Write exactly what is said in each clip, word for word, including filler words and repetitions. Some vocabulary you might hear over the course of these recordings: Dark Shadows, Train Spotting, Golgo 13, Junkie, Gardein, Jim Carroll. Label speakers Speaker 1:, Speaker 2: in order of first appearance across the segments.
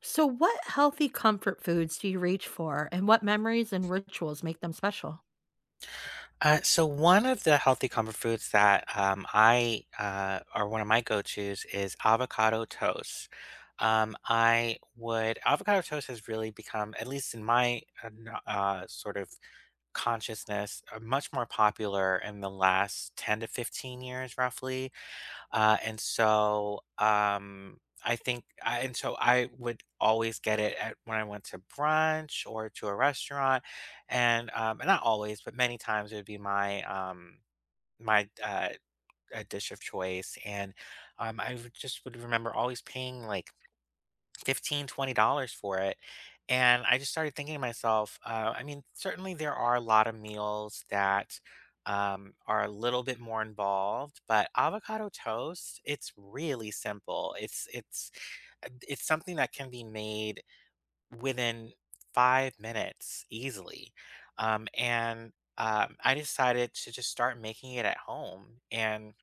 Speaker 1: So, what healthy comfort foods do you reach for, and what memories and rituals make them special?
Speaker 2: Uh, so one of the healthy comfort foods that um, I uh, or one of my go-tos is avocado toast. Um, I would Avocado toast has really become, at least in my uh, kno- uh, sort of consciousness, uh, much more popular in the last ten to fifteen years, roughly. Uh, and so, um, I think I and so I would always get it at when I went to brunch or to a restaurant, and, um, and not always, but many times it would be my, um, my, uh, uh, dish of choice, and, um, I would just would remember always paying, like, Fifteen twenty dollars for it. And i just started thinking to myself, uh, i mean, certainly there are a lot of meals that um, are a little bit more involved, but avocado toast, it's really simple. It's it's uh, it's something that can be made within five minutes easily. Um, and um, i decided to just start making it at home, and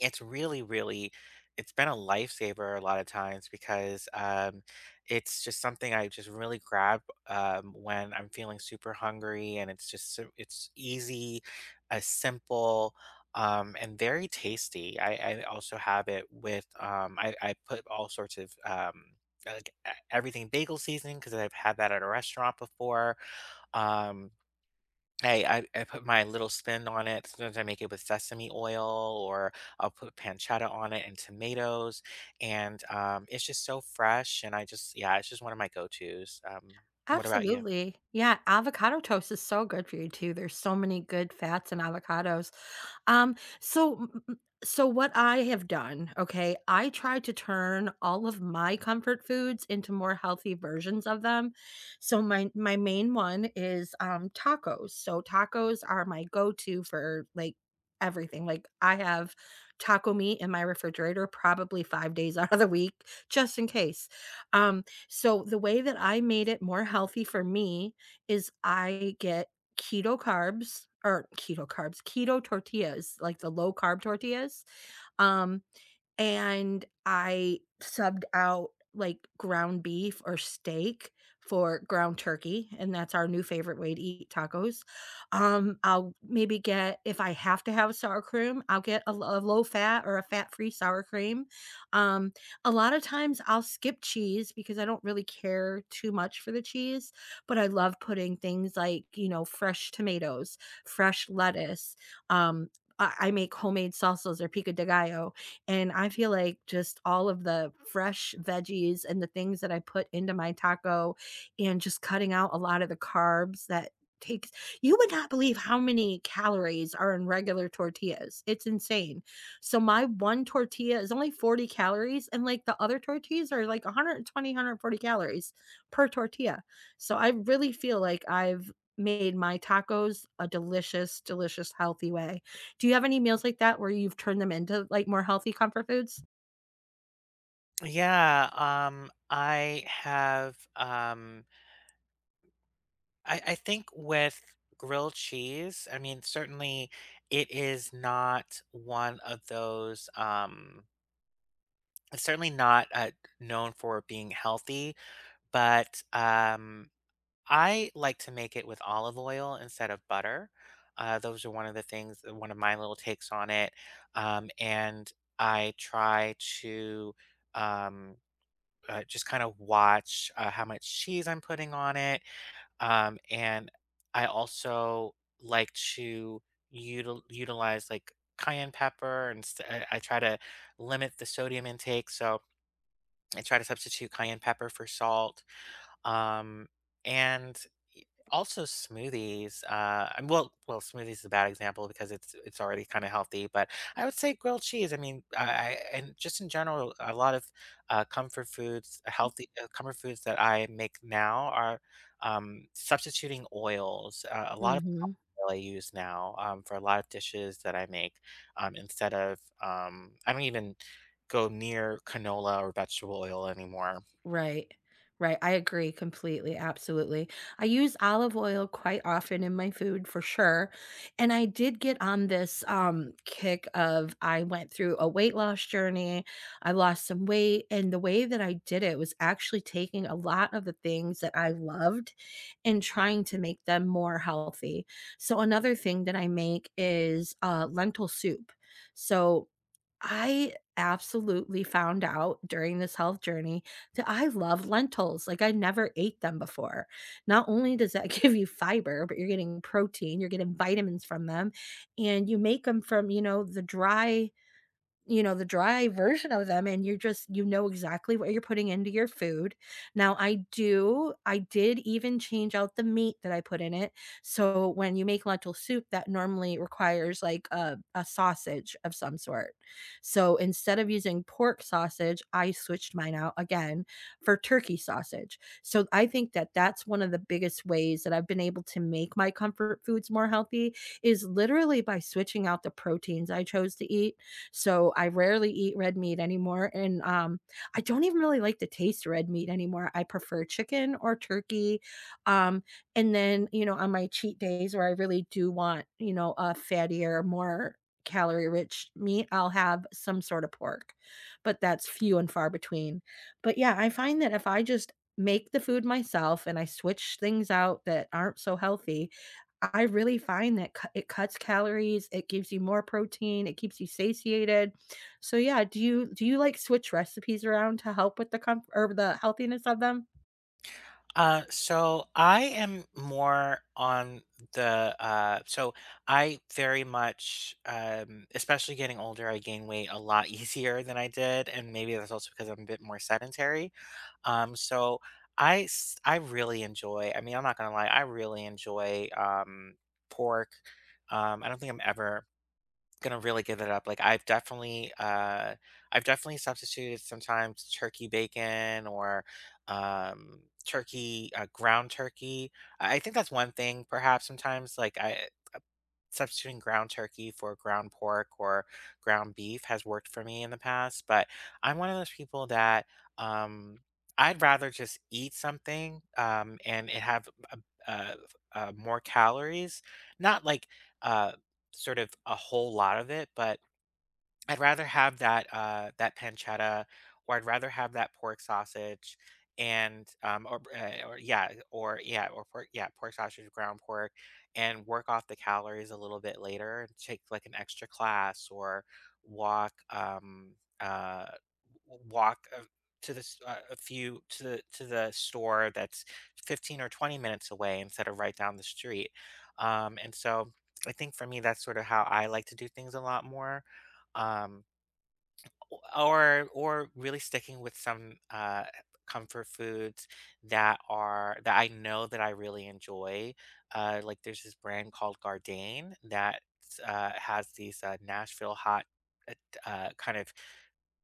Speaker 2: it's really, really it's been a lifesaver a lot of times because, um, it's just something I just really grab um, when I'm feeling super hungry, and it's just so it's easy, uh, simple, um, and very tasty. I I also have it with, um I I put all sorts of, um, like, e everything bagel seasoning because 'cause I've had that at a restaurant before. Um I I I put my little spin on it. Sometimes I make it with sesame oil, or I'll put pancetta on it and tomatoes, and, um, it's just so fresh, and I just yeah, it's just one of my go-tos. Um, what about you?
Speaker 1: Absolutely. Yeah, avocado toast is so good for you too. There's so many good fats in avocados. Um, so mm, mm, so what I have done, okay, I try to turn all of my comfort foods into more healthy versions of them. So my my main one is um tacos. So tacos are my go-to for like everything. Like I have taco meat in my refrigerator probably five days out of the week just in case. Um so the way that I made it more healthy for me is I get keto carbs or keto carbs, keto tortillas, like the low carb tortillas. Um and I subbed out, like, ground beef or steak for ground turkey, and that's our new favorite way to eat tacos. Um, I'll maybe get if I have to have sour cream, I'll get a lo a low fat or a fat-free sour cream. Um, a lot of times I'll skip cheese because I don't really care too much for the cheese, but I love putting things like, you know, fresh tomatoes, fresh lettuce, um, I I make homemade salsas or pico de gallo. And I feel like just all of the fresh veggies and the things that I put into my taco and just cutting out a lot of the carbs that takes you would not believe how many calories are in regular tortillas. It's insane. So my one tortilla is only forty calories and like the other tortillas are like one hundred twenty, one hundred forty calories per tortilla. So I really feel like I've made my tacos a delicious delicious healthy way. Do you have any meals like that where you've turned them into, like, more healthy comfort foods?
Speaker 2: Yeah, um, I have, um I I think with grilled cheese, I mean, certainly it is not one of those, um it's certainly not, uh, known for being healthy, but, um I like to make it with olive oil instead of butter. Uh, those are one of the things, uh, one of my little takes on it, um, and I try to, um, uh, just kinda watch, uh, how much cheese I'm putting on it, um, and I also like to util utilize, like, cayenne pepper and st I I try to limit the sodium intake, so I try to substitute cayenne pepper for salt, um, and y also smoothies, uh, and well well, smoothies is a bad example because it's it's already kinda healthy, but I would say grilled cheese, I mean, I I and just in general, a lot of, uh, comfort foods, healthy uh, comfort foods that I make now are, um, substituting oils, uh, a lot of
Speaker 1: Mhm.
Speaker 2: oil I use now, um, for a lot of dishes that I make, um, instead of, um I don't even go near canola or vegetable oil anymore.
Speaker 1: Right. Right, I agree completely, absolutely. I use olive oil quite often in my food for sure, and I did get on this, um, kick of I went through a weight loss journey, I lost some weight, and the way that I did it was actually taking a lot of the things that I loved and trying to make them more healthy. So another thing that I make is, uh, lentil soup. So I absolutely found out during this health journey that I love lentils, like, I never ate them before. Not only does that give you fiber, but you're getting protein, you're getting vitamins from them, and you make them from, you know, the dry you know, the dry version of them, and you're just you know exactly what you're putting into your food. Now, I do I did even change out the meat that I put in it. So when you make lentil soup, that normally requires like a, a sausage of some sort. So instead of using pork sausage, I switched mine out again for turkey sausage. So I think that that's one of the biggest ways that I've been able to make my comfort foods more healthy is literally by switching out the proteins I chose to eat so I rarely eat red meat anymore. And um, I don't even really like the taste of red meat anymore. I prefer chicken or turkey. Um, and then, you know, on my cheat days where I really do want, you know, a fattier, more calorie rich meat, I'll have some sort of pork, but that's few and far between. But yeah, I find that if I just make the food myself and I switch things out that aren't so healthy, I really find that cu it cuts calories, it gives you more protein, it keeps you satiated. So, yeah, do you do you, like, switch recipes around to help with the comf or the healthiness of them?
Speaker 2: Uh, so I am more on the uh, so I very much, um, especially getting older, I gain weight a lot easier than I did, and maybe that's also because I'm a bit more sedentary. Um, so I s- I really enjoy. I mean, I'm not gonna lie, I really enjoy um pork. Um, I don't think I'm ever gonna really give it up. Like I've definitely uh I've definitely substituted sometimes turkey bacon or um turkey uh, ground turkey. I I think that's one thing perhaps. Sometimes like I substituting ground turkey for ground pork or ground beef has worked for me in the past, but I'm one of those people that um, I'd rather just eat something um, and it have a, a, a more calories, not like uh, sort of a whole lot of it, but I'd rather have that, uh, that pancetta, or I'd rather have that pork sausage and, um, or, uh, or yeah, or yeah, or pork, yeah, pork sausage, ground pork, and work off the calories a little bit later and take like an extra class or walk, um, uh, w- walk a- to the s- uh, a few to the to the store that's fifteen or twenty minutes away instead of right down the street. Um, and so I think for me that's sort of how I like to do things a lot more. Um, or or really sticking with some uh comfort foods that are that I know that I really enjoy. Uh like there's this brand called Gardein that uh has these uh Nashville hot uh, t- uh kind of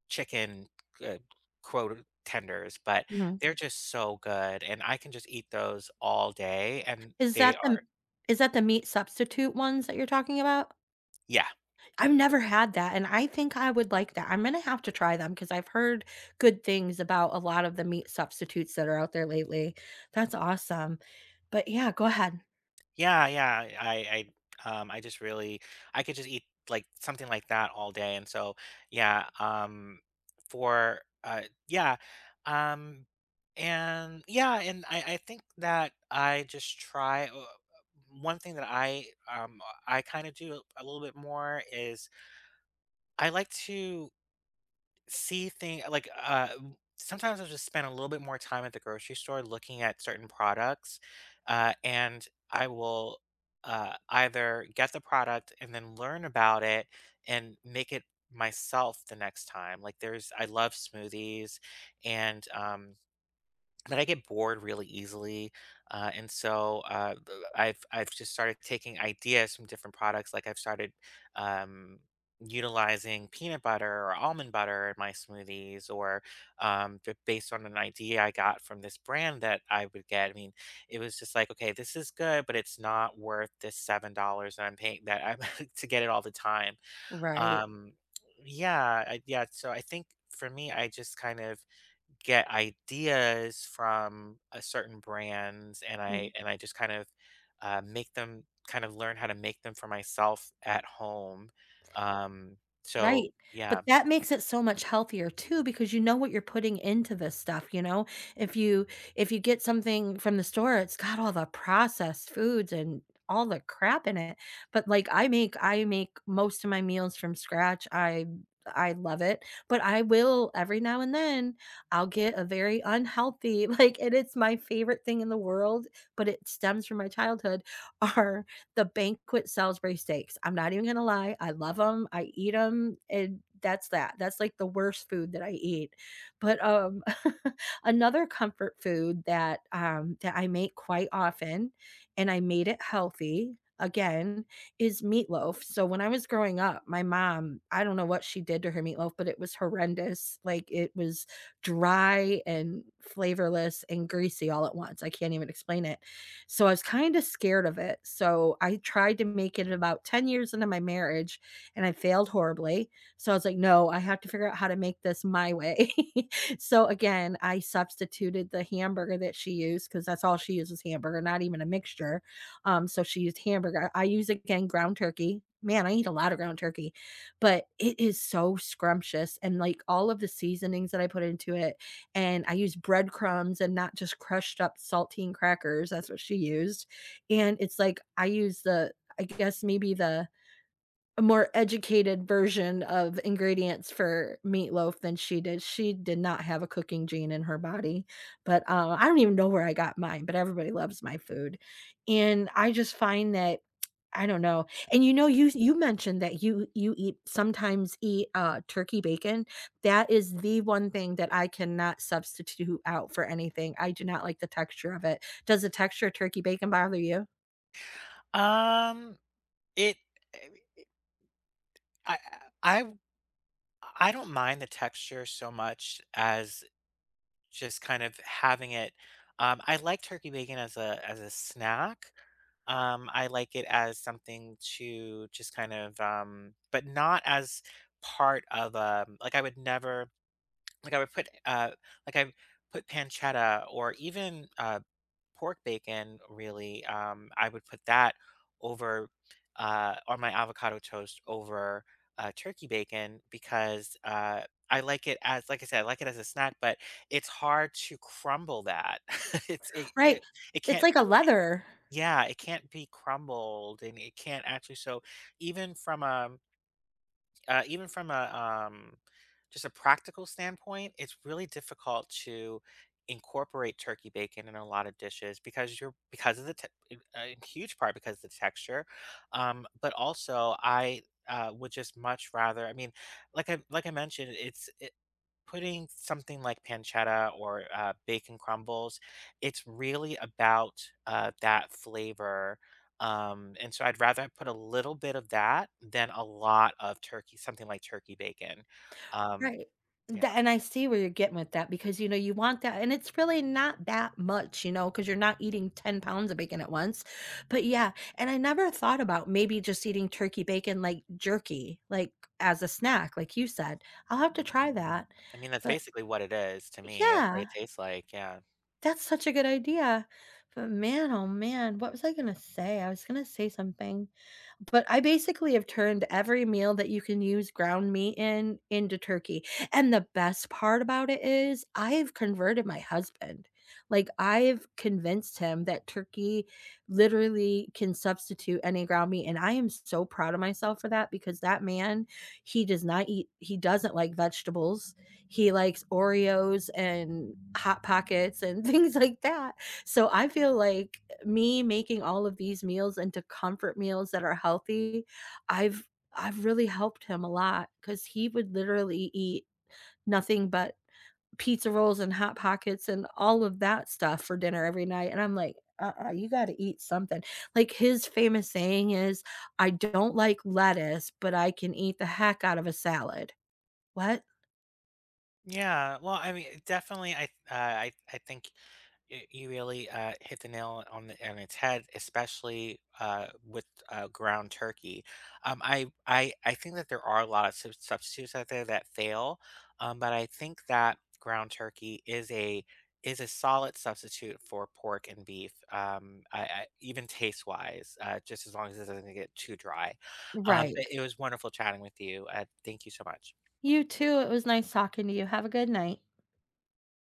Speaker 2: chicken, uh, quote, tenders, but
Speaker 1: Mhm.
Speaker 2: they're just so good and I can just eat those all day and
Speaker 1: Is
Speaker 2: they
Speaker 1: that the
Speaker 2: are
Speaker 1: is that the meat substitute ones that you're talking about?
Speaker 2: yeah.
Speaker 1: I've never had that, and I think I would like that. I'm gonna have to try them because 'cause I've heard good things about a lot of the meat substitutes that are out there lately. That's awesome. But yeah, go ahead.
Speaker 2: Yeah, yeah. I I um I just really, I could just eat like something like that all day. And so yeah, um for uh yeah. Um and yeah, and I I think that I just try, uh, one thing that I um I kind of do a little bit more is I like to see thing like, uh, sometimes I'll just spend a little bit more time at the grocery store looking at certain products, uh, and I will, uh, either get the product and then learn about it and make it myself the next time. Like, there's I love smoothies and, um that I get bored really easily, uh, and so uh, th- I've I've just started taking ideas from different products. Like I've started um, utilizing peanut butter or almond butter in my smoothies, or um, b- based on an idea I got from this brand that I would get. I mean, it was just like, okay, this is good, but it's not worth this seven dollars that I'm paying that I'm to get it all the time.
Speaker 1: Right.
Speaker 2: Um, yeah, I, yeah. So I think for me, I just kind of get ideas from a certain brands and I
Speaker 1: Mm.
Speaker 2: and I just kind of uh, make them kind of learn how to make them for myself at home. Um, so
Speaker 1: Right, but
Speaker 2: yeah.
Speaker 1: that makes it so much healthier too because you know what you're putting into this stuff, you know? If you if you get something from the store, it's got all the processed foods and all the crap in it, but, like, I make I make most of my meals from scratch, I I love it, but I will every now and then, I'll get a very unhealthy, like, and it's my favorite thing in the world, but it stems from my childhood, are the banquet Salisbury steaks. I'm not even going to lie. I love them. I eat them. And that's that. That's like the worst food that I eat. But um, another comfort food that um, that I make quite often, and I made it healthy again is meatloaf. So when I was growing up, my mom, I don't know what she did to her meatloaf, but it was horrendous. Like it was dry and flavorless and greasy all at once. I can't even explain it. So I was kind of scared of it. So I tried to make it about ten years into my marriage and I failed horribly. So I was like, no, I have to figure out how to make this my way. so again, I substituted the hamburger that she used because that's all she uses hamburger, not even a mixture. Um, so she used hamburger. I use again ground turkey. Man, I eat a lot of ground turkey, but it is so scrumptious. And like all of the seasonings that I put into it, and I used breadcrumbs and not just crushed up saltine crackers. That's what she used. And it's like I use the, I guess maybe the a more educated version of ingredients for meatloaf than she did. She did not have a cooking gene in her body, but uh, I don't even know where I got mine, but everybody loves my food. And I just find that I don't know. And you know, you you mentioned that you you eat sometimes eat uh turkey bacon. That is the one thing that I cannot substitute out for anything. I do not like the texture of it. Does the texture of turkey bacon bother you?
Speaker 2: Um it I I I I don't mind the texture so much as just kind of having it. um, I like turkey bacon as a as a snack. Um, I like it as something to just kind of um, but not as part of um like I would never, like I would put uh like I put pancetta or even uh pork bacon really, um, I would put that over, uh, on my avocado toast over, uh, turkey bacon because, uh, I like it as, like I said, I like it as a snack, but it's hard to crumble that. it's it, it
Speaker 1: Right.
Speaker 2: it
Speaker 1: It's
Speaker 2: can't
Speaker 1: like a
Speaker 2: really,
Speaker 1: leather.
Speaker 2: yeah, it can't be crumbled, and it can't actually. So even from a uh, even from a um, just a practical standpoint, it's really difficult to incorporate turkey bacon in a lot of dishes because you're, because of the te- in uh, in huge part because of the texture, um, but also I Uh, would just much rather. I mean, like I, like I mentioned, it's putting something like pancetta or uh, bacon crumbles, it's really about uh, that flavor. Um, and so I'd rather put a little bit of that than a lot of turkey, something like turkey bacon. Um,
Speaker 1: Right.
Speaker 2: yeah,
Speaker 1: Tha and I see where you're getting with that because, you know, you want that and it's really not that much, you know, because 'cause you're not eating ten pounds of bacon at once, but yeah, and I never thought about maybe just eating turkey bacon like jerky, like, as a snack, like you said. I'll have to try that,
Speaker 2: I mean, that's
Speaker 1: but
Speaker 2: basically what it is to me. That's what
Speaker 1: yeah,
Speaker 2: it tastes like. Yeah.
Speaker 1: that's such a good idea, but man, oh man, what was I gonna say? I was gonna say something. But I basically have turned every meal that you can use ground meat in into turkey, and the best part about it is I've converted my husband. Like, I've convinced him that turkey literally can substitute any ground meat, and I am so proud of myself for that because that man, he does not eat he doesn't like vegetables. He likes Oreos and Hot Pockets and things like that. So I feel like me making all of these meals into comfort meals that are healthy, I've I've really helped him a lot because he would literally eat nothing but pizza rolls and hot pockets and all of that stuff for dinner every night. And I'm like, uh-uh, you got to eat something. Like his famous saying is, I don't like lettuce, but I can eat the heck out of a salad. What?
Speaker 2: Yeah. Well, I mean, definitely, I, uh, I, I think y- you really uh, hit the nail on the, on its head, especially uh, with uh, ground turkey. Um, I, I I think that there are a lot of sub- substitutes out there that fail, um, but I think that ground turkey is a is a solid substitute for pork and beef, um, I, I, even taste wise, uh, just as long as it doesn't get too dry. Um, but
Speaker 1: Right.
Speaker 2: it was wonderful chatting with you. Uh, thank you so much.
Speaker 1: You too. It was nice talking to you. Have a good night.